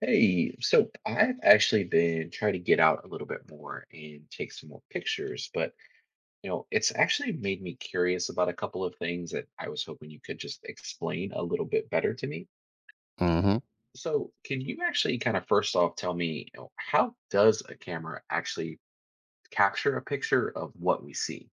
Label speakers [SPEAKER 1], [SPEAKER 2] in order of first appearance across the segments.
[SPEAKER 1] Hey, so I've actually been trying to get out a little bit more and take some more pictures, but it's actually made me curious about a couple of things that I was hoping you could just explain a little bit better to me.
[SPEAKER 2] hmm
[SPEAKER 1] So, can you actually kind of first off tell me, how does a camera actually capture a picture of what we see?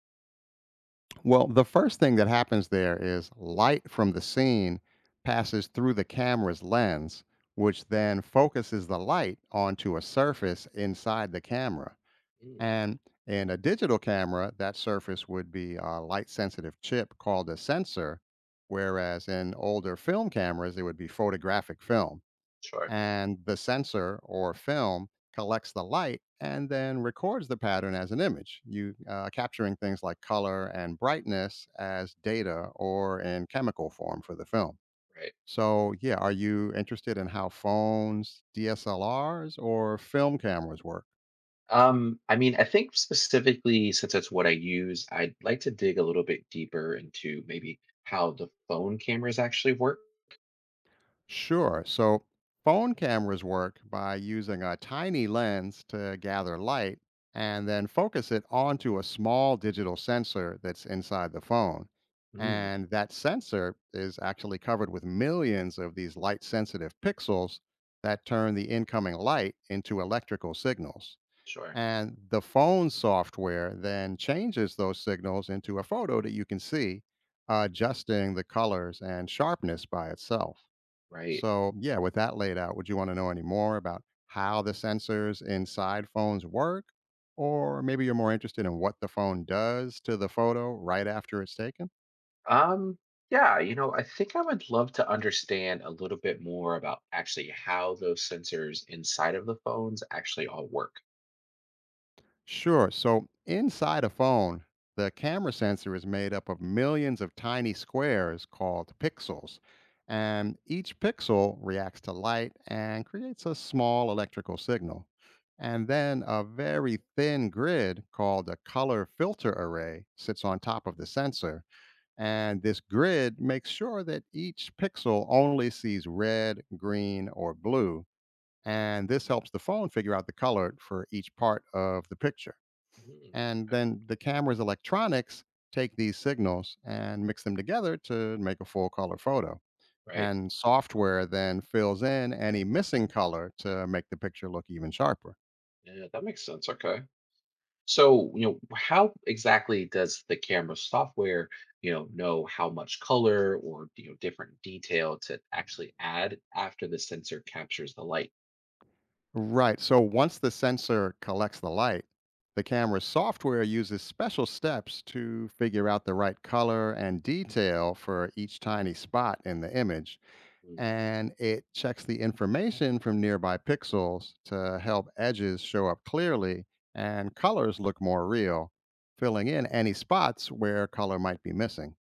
[SPEAKER 2] Well, the first thing that happens there is light from the scene passes through the camera's lens, which then focuses the light onto a surface inside the camera.
[SPEAKER 1] Mm,
[SPEAKER 2] And in a digital camera, that surface would be a light sensitive chip called a sensor, whereas in older film cameras, it would be photographic film.
[SPEAKER 1] sure.
[SPEAKER 2] And the sensor or film collects the light and then records the pattern as an image. You capturing things like color and brightness as data or in chemical form for the film.
[SPEAKER 1] Right.
[SPEAKER 2] So, yeah, are you interested in how phones, DSLRs, or film cameras work?
[SPEAKER 1] I mean, I think specifically since that's what I use, I'd like to dig a little bit deeper into maybe how the phone cameras actually work.
[SPEAKER 2] Sure. So phone cameras work by using a tiny lens to gather light and then focus it onto a small digital sensor that's inside the phone.
[SPEAKER 1] Mm,
[SPEAKER 2] And that sensor is actually covered with millions of these light sensitive pixels that turn the incoming light into electrical signals.
[SPEAKER 1] sure.
[SPEAKER 2] And the phone software then changes those signals into a photo that you can see, adjusting the colors and sharpness by itself.
[SPEAKER 1] Right.
[SPEAKER 2] So, yeah, with that laid out, would you want to know any more about how the sensors inside phones work? Or maybe you're more interested in what the phone does to the photo right after it's taken?
[SPEAKER 1] Um, yeah, I think I would love to understand a little bit more about actually how those sensors inside of the phones actually all work.
[SPEAKER 2] Sure. So inside a phone, the camera sensor is made up of millions of tiny squares called pixels. And each pixel reacts to light and creates a small electrical signal. And then a very thin grid called a color filter array sits on top of the sensor. And this grid makes sure that each pixel only sees red, green, or blue. And this helps the phone figure out the color for each part of the picture.
[SPEAKER 1] Mm,
[SPEAKER 2] And then the camera's electronics take these signals and mix them together to make a full color photo.
[SPEAKER 1] right.
[SPEAKER 2] And software then fills in any missing color to make the picture look even sharper.
[SPEAKER 1] Yeah, that makes sense. Okay. So, how exactly does the camera software, know how much color or, different detail to actually add after the sensor captures the light?
[SPEAKER 2] Right. So once the sensor collects the light, the camera's software uses special steps to figure out the right color and detail for each tiny spot in the image.
[SPEAKER 1] Mm,
[SPEAKER 2] And it checks the information from nearby pixels to help edges show up clearly and colors look more real, filling in any spots where color might be missing.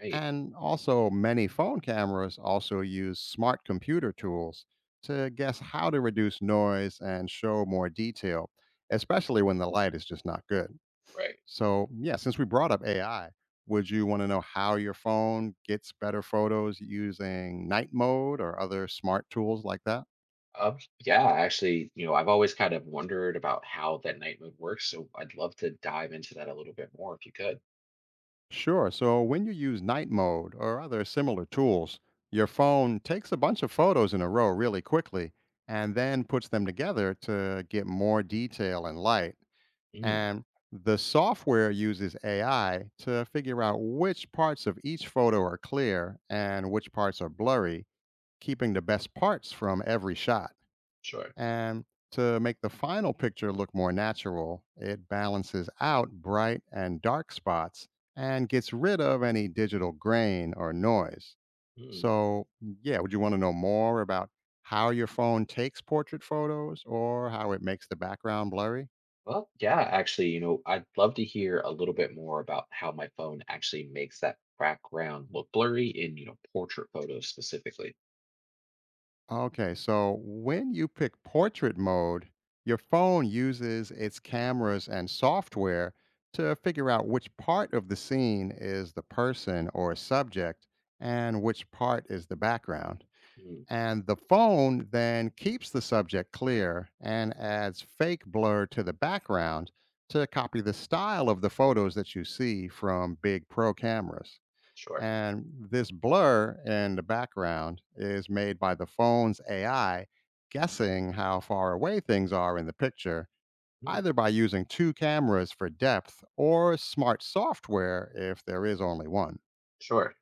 [SPEAKER 1] right.
[SPEAKER 2] And also, many phone cameras also use smart computer tools to guess how to reduce noise and show more detail, especially when the light is just not good.
[SPEAKER 1] Right.
[SPEAKER 2] So, yeah, since we brought up AI, would you want to know how your phone gets better photos using night mode or other smart tools like that?
[SPEAKER 1] Yeah, actually, I've always kind of wondered about how that night mode works, so I'd love to dive into that a little bit more if you could.
[SPEAKER 2] Sure. So, when you use night mode or other similar tools, your phone takes a bunch of photos in a row really quickly and then puts them together to get more detail and light.
[SPEAKER 1] Mm,
[SPEAKER 2] And the software uses AI to figure out which parts of each photo are clear and which parts are blurry keeping the best parts from every shot.
[SPEAKER 1] sure.
[SPEAKER 2] And to make the final picture look more natural, it balances out bright and dark spots and gets rid of any digital grain or noise.
[SPEAKER 1] Mm.
[SPEAKER 2] So, yeah, would you want to know more about how your phone takes portrait photos or how it makes the background blurry?
[SPEAKER 1] Well, yeah, actually, I'd love to hear a little bit more about how my phone actually makes that background look blurry in, portrait photos specifically.
[SPEAKER 2] Okay, so when you pick portrait mode, your phone uses its cameras and software to figure out which part of the scene is the person or subject and which part is the background.
[SPEAKER 1] Mm,
[SPEAKER 2] And the phone then keeps the subject clear and adds fake blur to the background to copy the style of the photos that you see from big pro cameras.
[SPEAKER 1] sure.
[SPEAKER 2] And this blur in the background is made by the phone's AI guessing how far away things are in the picture,
[SPEAKER 1] Mm,
[SPEAKER 2] either by using two cameras for depth or smart software if there is only one.
[SPEAKER 1] sure.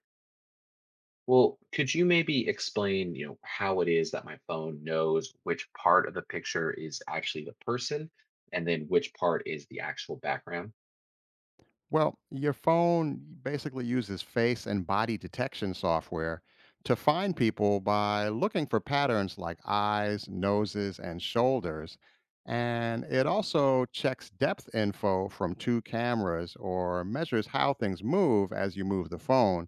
[SPEAKER 1] Well, could you maybe explain, how it is that my phone knows which part of the picture is actually the person and then which part is the actual background?
[SPEAKER 2] Well, your phone basically uses face and body detection software to find people by looking for patterns like eyes, noses, and shoulders. And it also checks depth info from two cameras or measures how things move as you move the phone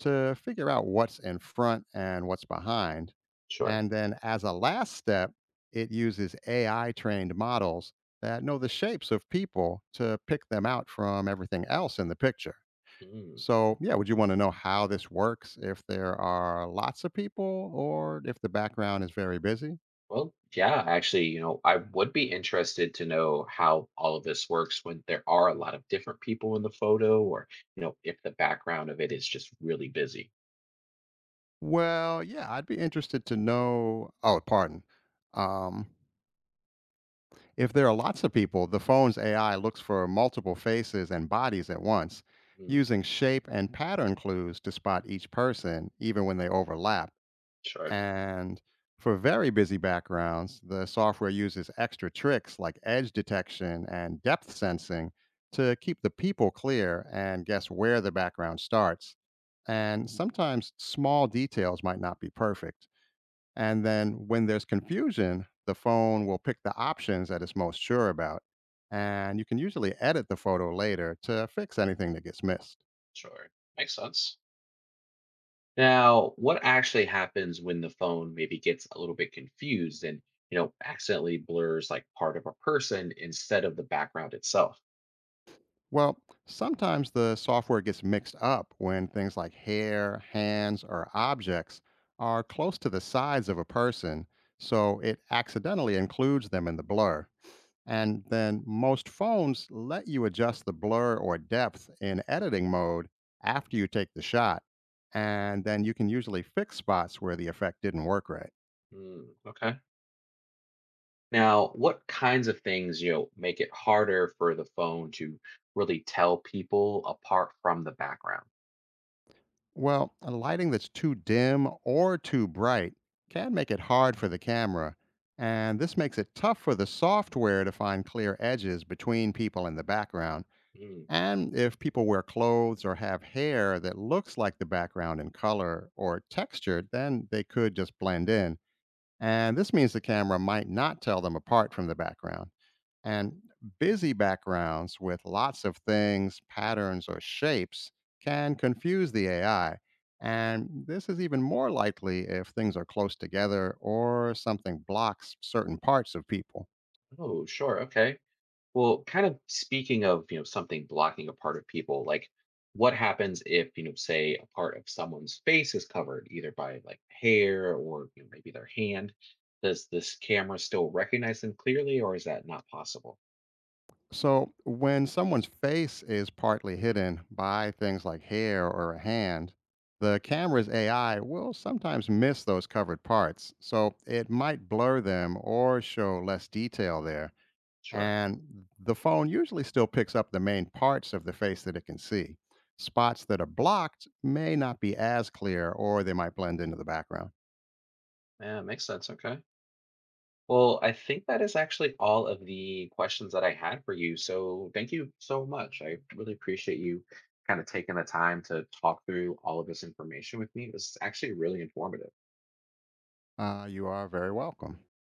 [SPEAKER 2] to figure out what's in front and what's behind.
[SPEAKER 1] Sure.
[SPEAKER 2] And then, as a last step, it uses AI trained models that know the shapes of people to pick them out from everything else in the picture.
[SPEAKER 1] Mm.
[SPEAKER 2] So, yeah, would you want to know how this works if there are lots of people or if the background is very busy?
[SPEAKER 1] Well, yeah, actually, I would be interested to know how all of this works when there are a lot of different people in the photo, or, if the background of it is just really busy.
[SPEAKER 2] Well, yeah, I'd be interested to know. Oh, pardon. Um, If there are lots of people, the phone's AI looks for multiple faces and bodies at once,
[SPEAKER 1] Mm,
[SPEAKER 2] using shape and pattern clues to spot each person, even when they overlap.
[SPEAKER 1] sure,
[SPEAKER 2] And for very busy backgrounds, the software uses extra tricks like edge detection and depth sensing to keep the people clear and guess where the background starts. And sometimes small details might not be perfect. And then when there's confusion, the phone will pick the options that it's most sure about. And you can usually edit the photo later to fix anything that gets missed.
[SPEAKER 1] sure. Makes sense. Now, what actually happens when the phone maybe gets a little bit confused and, accidentally blurs like part of a person instead of the background itself?
[SPEAKER 2] Well, sometimes the software gets mixed up when things like hair, hands, or objects are close to the sides of a person, so it accidentally includes them in the blur. And then most phones let you adjust the blur or depth in editing mode after you take the shot. And then you can usually fix spots where the effect didn't work right.
[SPEAKER 1] Mm, okay. Now, what kinds of things, make it harder for the phone to really tell people apart from the background?
[SPEAKER 2] Well, a lighting that's too dim or too bright can make it hard for the camera. And this makes it tough for the software to find clear edges between people in the background.
[SPEAKER 1] Mm,
[SPEAKER 2] And if people wear clothes or have hair that looks like the background in color or texture, then they could just blend in. And this means the camera might not tell them apart from the background. And busy backgrounds with lots of things, patterns, or shapes can confuse the AI. And this is even more likely if things are close together or something blocks certain parts of people.
[SPEAKER 1] oh, sure. Okay. Well, kind of speaking of, something blocking a part of people, like what happens if, say a part of someone's face is covered either by like hair or maybe their hand? Does this camera still recognize them clearly or is that not possible?
[SPEAKER 2] So, when someone's face is partly hidden by things like hair or a hand, the camera's AI will sometimes miss those covered parts. So, it might blur them or show less detail there.
[SPEAKER 1] Sure.
[SPEAKER 2] And the phone usually still picks up the main parts of the face that it can see. Spots that are blocked may not be as clear or they might blend into the background.
[SPEAKER 1] Yeah, makes sense. Okay. Well, I think that is actually all of the questions that I had for you. So thank you so much. I really appreciate you kind of taking the time to talk through all of this information with me. It was actually really informative.
[SPEAKER 2] You are very welcome.